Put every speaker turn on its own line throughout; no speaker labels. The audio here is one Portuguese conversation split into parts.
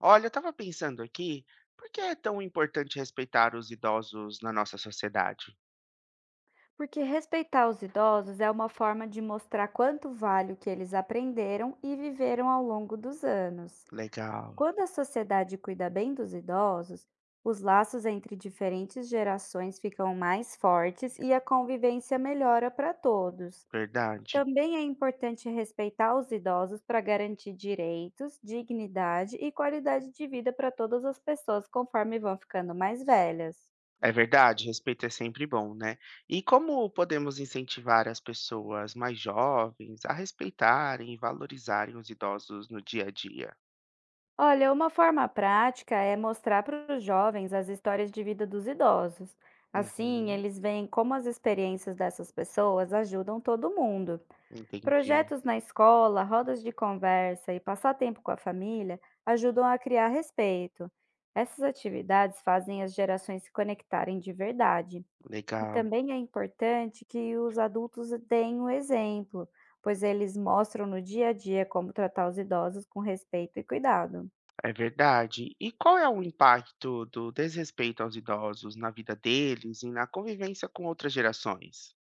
Olha, eu estava pensando aqui, por que é tão importante respeitar os idosos na nossa sociedade?
Porque respeitar os idosos é uma forma de mostrar quanto vale o que eles aprenderam e viveram ao longo dos anos.
Legal,
Quando a sociedade cuida bem dos idosos, os laços entre diferentes gerações ficam mais fortes e a convivência melhora para todos.
verdade.
Também é importante respeitar os idosos para garantir direitos, dignidade e qualidade de vida para todas as pessoas conforme vão ficando mais velhas.
É verdade, respeito é sempre bom, né? E como podemos incentivar as pessoas mais jovens a respeitarem e valorizarem os idosos no dia a dia?
Olha, uma forma prática é mostrar para os jovens as histórias de vida dos idosos. Assim,
Uhum,
eles veem como as experiências dessas pessoas ajudam todo mundo.
entendi.
Projetos na escola, rodas de conversa e passar tempo com a família ajudam a criar respeito. Essas atividades fazem as gerações se conectarem de verdade. E
Legal,
também é importante que os adultos deem o exemplo, pois eles mostram no dia a dia como tratar os idosos com respeito e cuidado.
é verdade. E qual é o impacto do desrespeito aos idosos na vida deles e na convivência com outras gerações?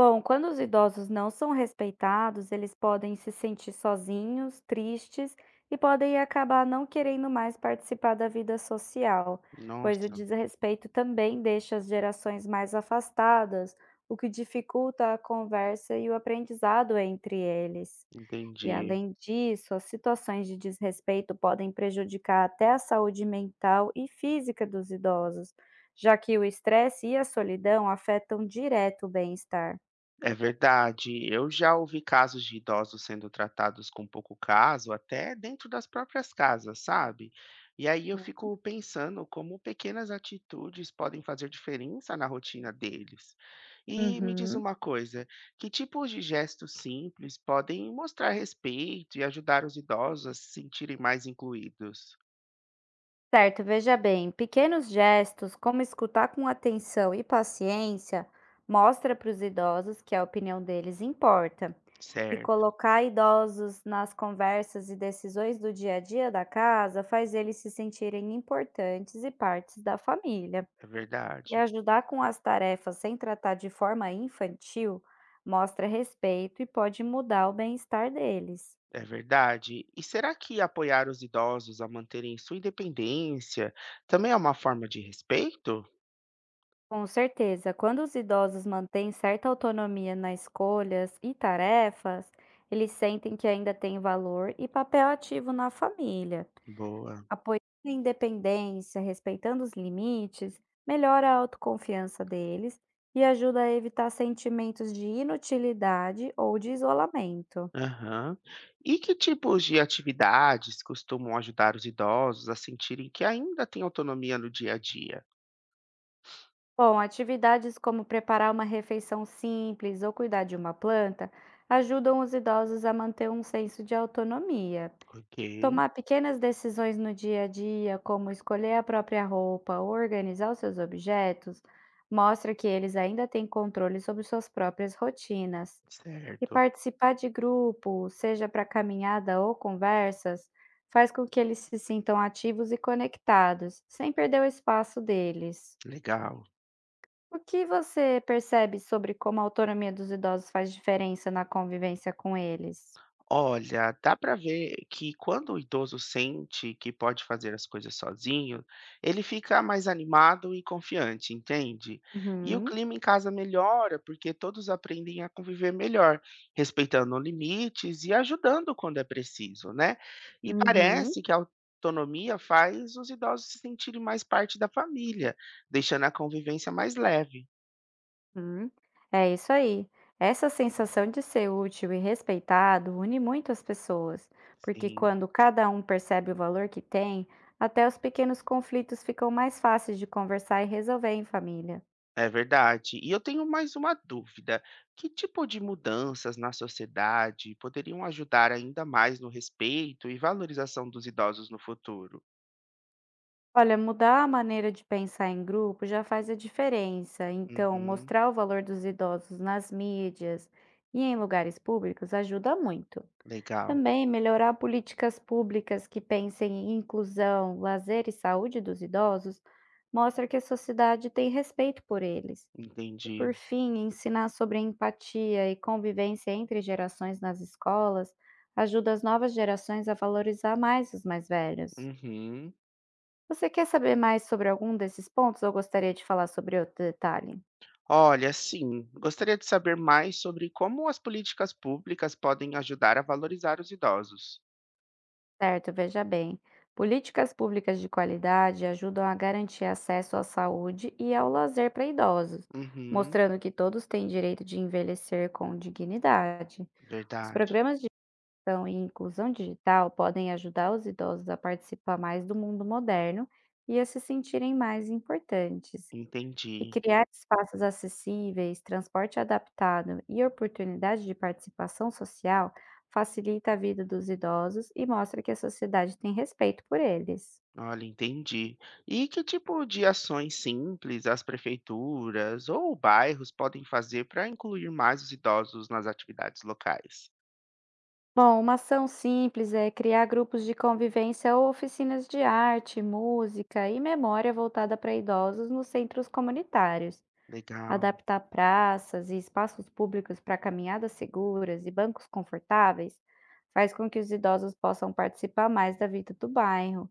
Bom, quando os idosos não são respeitados, eles podem se sentir sozinhos, tristes e podem acabar não querendo mais participar da vida social, pois o
Nossa,
desrespeito também deixa as gerações mais afastadas, o que dificulta a conversa e o aprendizado entre eles. E
entendi.
além disso, as situações de desrespeito podem prejudicar até a saúde mental e física dos idosos, já que o estresse e a solidão afetam direto o bem-estar.
É verdade. Eu já ouvi casos de idosos sendo tratados com pouco caso, até dentro das próprias casas, sabe? E aí eu fico pensando como pequenas atitudes podem fazer diferença na rotina deles. E me diz
Uhum.
uma coisa, que tipos de gestos simples podem mostrar respeito e ajudar os idosos a se sentirem mais incluídos?
Certo, veja bem, pequenos gestos, como escutar com atenção e paciência, mostra para os idosos que a opinião deles importa. E
Certo,
colocar idosos nas conversas e decisões do dia a dia da casa faz eles se sentirem importantes e partes da família.
é
E
verdade.
ajudar com as tarefas sem tratar de forma infantil mostra respeito e pode mudar o bem-estar deles.
É verdade. E será que apoiar os idosos a manterem sua independência também é uma forma de respeito?
Com certeza, quando os idosos mantêm certa autonomia nas escolhas e tarefas, eles sentem que ainda têm valor e papel ativo na família.
Boa.
Apoiando a independência, respeitando os limites, melhora a autoconfiança deles e ajuda a evitar sentimentos de inutilidade ou de isolamento.
Aham. E que tipos de atividades costumam ajudar os idosos a sentirem que ainda têm autonomia no dia a dia?
Bom, atividades como preparar uma refeição simples ou cuidar de uma planta ajudam os idosos a manter um senso de autonomia.
Ok,
Tomar pequenas decisões no dia a dia, como escolher a própria roupa ou organizar os seus objetos, mostra que eles ainda têm controle sobre suas próprias rotinas. E
certo.
participar de grupo, seja para caminhada ou conversas, faz com que eles se sintam ativos e conectados, sem perder o espaço deles.
Legal.
O que você percebe sobre como a autonomia dos idosos faz diferença na convivência com eles?
Olha, dá para ver que quando o idoso sente que pode fazer as coisas sozinho, ele fica mais animado e confiante, entende? E o
Uhum.
clima em casa melhora porque todos aprendem a conviver melhor, respeitando limites e ajudando quando é preciso, né? E
Uhum.
parece que a autonomia faz os idosos se sentirem mais parte da família, deixando a convivência mais leve.
Hum, é isso aí. Essa sensação de ser útil e respeitado une muito as pessoas, porque
Sim.
quando cada um percebe o valor que tem, até os pequenos conflitos ficam mais fáceis de conversar e resolver em família.
É verdade. E eu tenho mais uma dúvida. Que tipo de mudanças na sociedade poderiam ajudar ainda mais no respeito e valorização dos idosos no futuro?
Olha, mudar a maneira de pensar em grupo já faz a diferença. Então,
Uhum,
mostrar o valor dos idosos nas mídias e em lugares públicos ajuda muito.
legal,
Também melhorar políticas públicas que pensem em inclusão, lazer e saúde dos idosos mostra que a sociedade tem respeito por eles. E
entendi.
por fim, ensinar sobre empatia e convivência entre gerações nas escolas ajuda as novas gerações a valorizar mais os mais velhos.
Uhum.
Você quer saber mais sobre algum desses pontos ou gostaria de falar sobre outro detalhe?
Olha, sim, gostaria de saber mais sobre como as políticas públicas podem ajudar a valorizar os idosos.
Certo, veja bem. Políticas públicas de qualidade ajudam a garantir acesso à saúde e ao lazer para idosos,
Uhum,
mostrando que todos têm direito de envelhecer com dignidade. Os
verdade,
programas de gestão e inclusão digital podem ajudar os idosos a participar mais do mundo moderno e a se sentirem mais importantes. E
entendi.
criar espaços acessíveis, transporte adaptado e oportunidade de participação social facilita a vida dos idosos e mostra que a sociedade tem respeito por eles.
Olha, entendi. E que tipo de ações simples as prefeituras ou bairros podem fazer para incluir mais os idosos nas atividades locais?
Bom, uma ação simples é criar grupos de convivência ou oficinas de arte, música e memória voltada para idosos nos centros comunitários.
Legal,
Adaptar praças e espaços públicos para caminhadas seguras e bancos confortáveis faz com que os idosos possam participar mais da vida do bairro.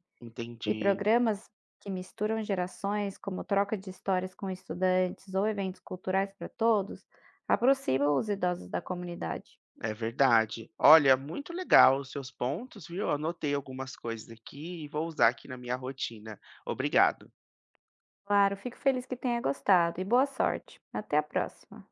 E
entendi.
programas que misturam gerações, como troca de histórias com estudantes ou eventos culturais para todos, aproximam os idosos da comunidade.
É verdade. Olha, muito legal os seus pontos, viu? Anotei algumas coisas aqui e vou usar aqui na minha rotina. Obrigado.
Claro, fico feliz que tenha gostado e boa sorte. Até a próxima!